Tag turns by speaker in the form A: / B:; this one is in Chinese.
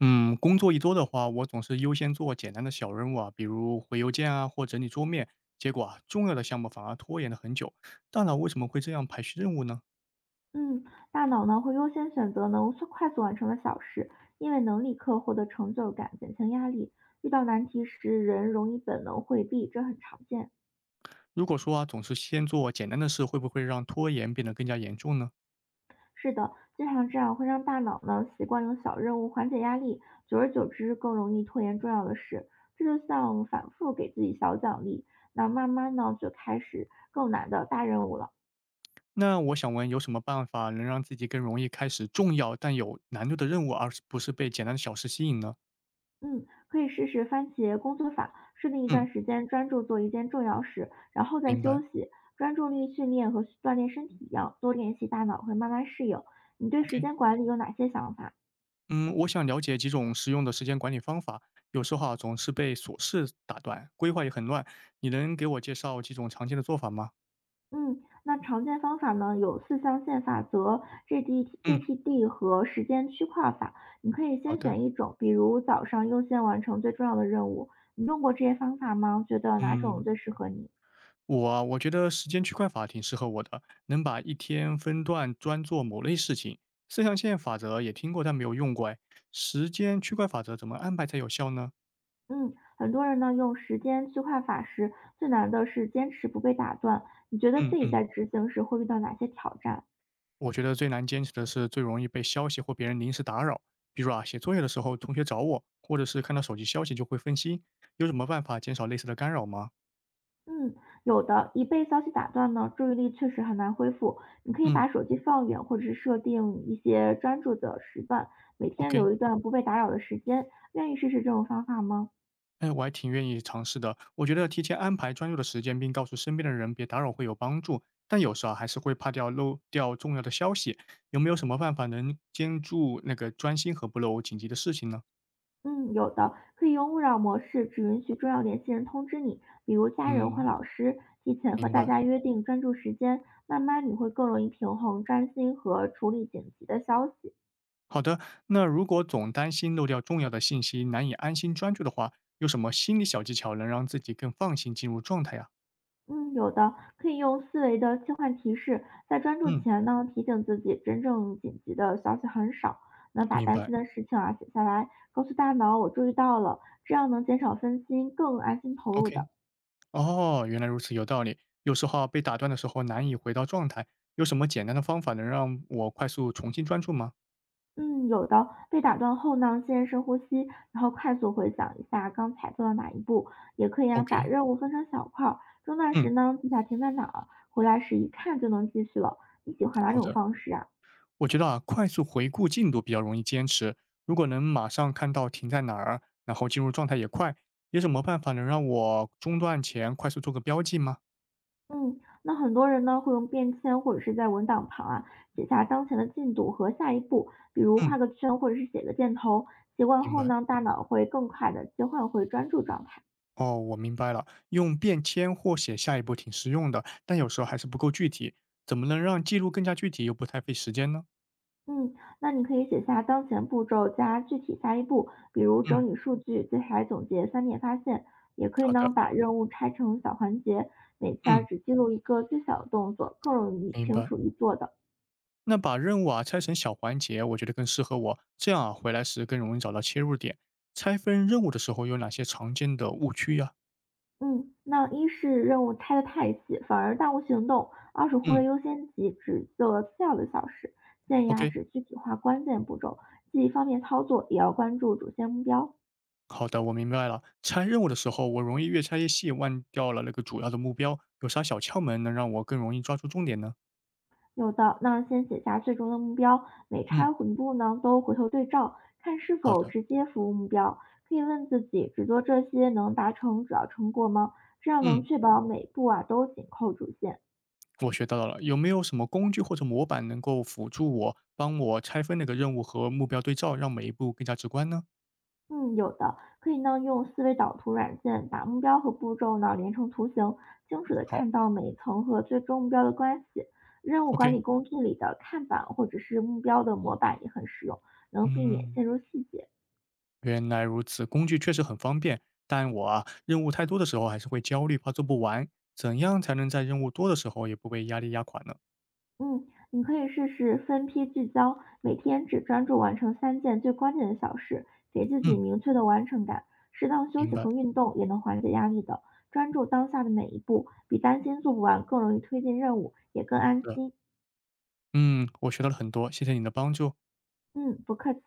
A: 嗯，工作一周的话，我总是优先做简单的小任务啊，比如回邮件啊或整理桌面。结果啊，重要的项目反而拖延了很久。大脑为什么会这样排序任务呢？
B: 嗯，大脑呢会优先选择能快速完成的小事，因为能立刻获得成就感，减轻压力。遇到难题时，人容易本能回避，这很常见。
A: 如果说啊，总是先做简单的事，会不会让拖延变得更加严重呢？
B: 是的，经常这样会让大脑呢习惯用小任务缓解压力，久而久之更容易拖延重要的事。这就像反复给自己小奖励，那慢慢呢就开始更难的大任务了。
A: 那我想问，有什么办法能让自己更容易开始重要但有难度的任务，而是不是被简单的小事吸引呢？
B: 嗯，可以试试番茄工作法，设定一段
A: 嗯，
B: 时间专注做一件重要事，然后再
A: 明白。
B: 休息。专注力训练和锻炼身体一样，多练习，大脑会慢慢适应。你对时
A: OK。
B: 间管理有哪些想法？
A: 嗯，我想了解几种实用的时间管理方法。有时候啊，总是被琐事打断，规划也很乱。你能给我介绍几种常见的做法吗？
B: 嗯，那常见方法呢有四象限法则、GD、
A: 嗯，
B: GTD 和时间区块法。你可以
A: 好
B: 先
A: 的。
B: 选一种，比如早上优先完成最重要的任务。你用过这些方法吗？觉得哪种
A: 嗯，
B: 最适合你？
A: 我觉得时间区块法挺适合我的，能把一天分段专做某类事情。四象限法则也听过，但没有用过。哎，时间区块法则怎么安排才有效呢？
B: 嗯，很多人呢用时间区块法时，最难的是坚持不被打断。你觉得
A: 嗯
B: 自己
A: 嗯。
B: 在执行时会遇到哪些挑战？
A: 我觉得最难坚持的是最容易被消息或别人临时打扰，比如啊，写作业的时候同学找我，或者是看到手机消息就会分心。有什么办法减少类似的干扰吗？
B: 嗯，有的，一被消息打断呢，注意力确实很难恢复。你可以
A: 嗯
B: 把手机放远，或者是设定一些专注的时段，每天
A: ，OK，
B: 留一段不被打扰的时间。愿意试试这种方法吗？
A: 哎，我还挺愿意尝试的。我觉得提前安排专注的时间，并告诉身边的人别打扰会有帮助。但有时候啊还是会怕掉漏掉重要的消息。有没有什么办法能兼顾那个专心和不漏紧急的事情呢？
B: 嗯，有的，可以用勿扰模式，只允许重要联系人通知你，比如家人或
A: 嗯，
B: 老师。提前和
A: 明
B: 大
A: 白。
B: 家约定专注时间，慢慢你会更容易平衡专心和处理紧急的消息。
A: 好的，那如果总担心漏掉重要的信息，难以安心专注的话，有什么心理小技巧能让自己更放心进入状态呀？
B: 嗯，有的，可以用思维的切换提示，在专注
A: 嗯，
B: 前呢，提醒自己真正紧急的消息很少。那把
A: 明
B: 担
A: 白。
B: 心的事情啊写下来，告诉大脑我注意到了，这样能减少分心，更安心投入
A: OK。
B: 的。
A: 哦，原来如此，有道理。有时候啊被打断的时候难以回到状态，有什么简单的方法能让我快速重新专注吗
B: 嗯，有的。被打断后呢，先深呼吸，然后快速回想一下刚才做了哪一步，也可以啊，把
A: ？OK。
B: 任务分成小块儿，中断时
A: 嗯，
B: 呢记下停在哪儿，回来时一看就能继续了。你喜欢哪
A: 好
B: 种
A: 的。
B: 方式啊？
A: 我觉得啊，快速回顾进度比较容易坚持。如果能马上看到停在哪儿，然后进入状态也快，有什么办法能让我中断前快速做个标记吗？
B: 嗯，那很多人呢会用便签或者是在文档旁啊写下当前的进度和下一步，比如
A: 嗯，
B: 画个圈或者是写个箭头。习惯
A: 明
B: 后
A: 白。
B: 呢，大脑会更快的切换回专注状态。
A: 哦，我明白了，用便签或写下一步挺实用的，但有时候还是不够具体。怎么能让记录更加具体又不太费时间呢？
B: 嗯，那你可以写下当前步骤加具体下一步，比如
A: 嗯，
B: 整理数据，接下来总结三点发现。也可以
A: 好的，
B: 呢，把任务拆成小环节，每次啊
A: 嗯，
B: 只记录一个最小的动作，更容易
A: 明
B: 清
A: 白。
B: 楚易做的。
A: 那把任务啊拆成小环节，我觉得更适合我，这样啊回来时更容易找到切入点。拆分任务的时候有哪些常见的误区呀？
B: 嗯，那一是任务拆得太细，反而耽误行动；二是忽略
A: 嗯
B: 优先级，只做次要的小事。建议啊，
A: ，OK，
B: 只具体化关键步骤，既方便操作，也要关注主线目标。
A: 好的，我明白了。拆任务的时候，我容易越拆越细，忘掉了那个主要的目标。有啥小窍门能让我更容易抓住重点呢？
B: 有的，那先写下最终的目标，每
A: 嗯，
B: 拆混步呢都回头对照，看是
A: 好
B: 否
A: 的，
B: 直接服务目标。可以问自己，只做这些能达成主要成果吗？这样能
A: 嗯。
B: 确保每步啊都紧扣主线。
A: 我学到了，有没有什么工具或者模板能够辅助我，帮我拆分那个任务和目标对照，让每一步更加直观呢？
B: 嗯，有的，可以呢用思维导图软件把目标和步骤呢连成图形，清楚的
A: 好
B: 看到每一层和最终目标的关系。任务管
A: ，OK，
B: 理工具里的看板或者是目标的模板也很实用，能避免
A: 嗯，
B: 陷入细节。
A: 原来如此，工具确实很方便，但我啊，任务太多的时候还是会焦虑，怕做不完。怎样才能在任务多的时候也不被压力压垮呢？
B: 嗯，你可以试试分批聚焦，每天只专注完成三件最关键的小事，给自己
A: 嗯，
B: 明确的完成感。适当休
A: 明
B: 息
A: 白，
B: 和运动也能缓解压力的。专注当下的每一步，比担心做不完更容易推进任务，也更
A: 好
B: 安
A: 的，
B: 心。
A: 嗯，我学到了很多，谢谢你的帮助。
B: 嗯，不客气。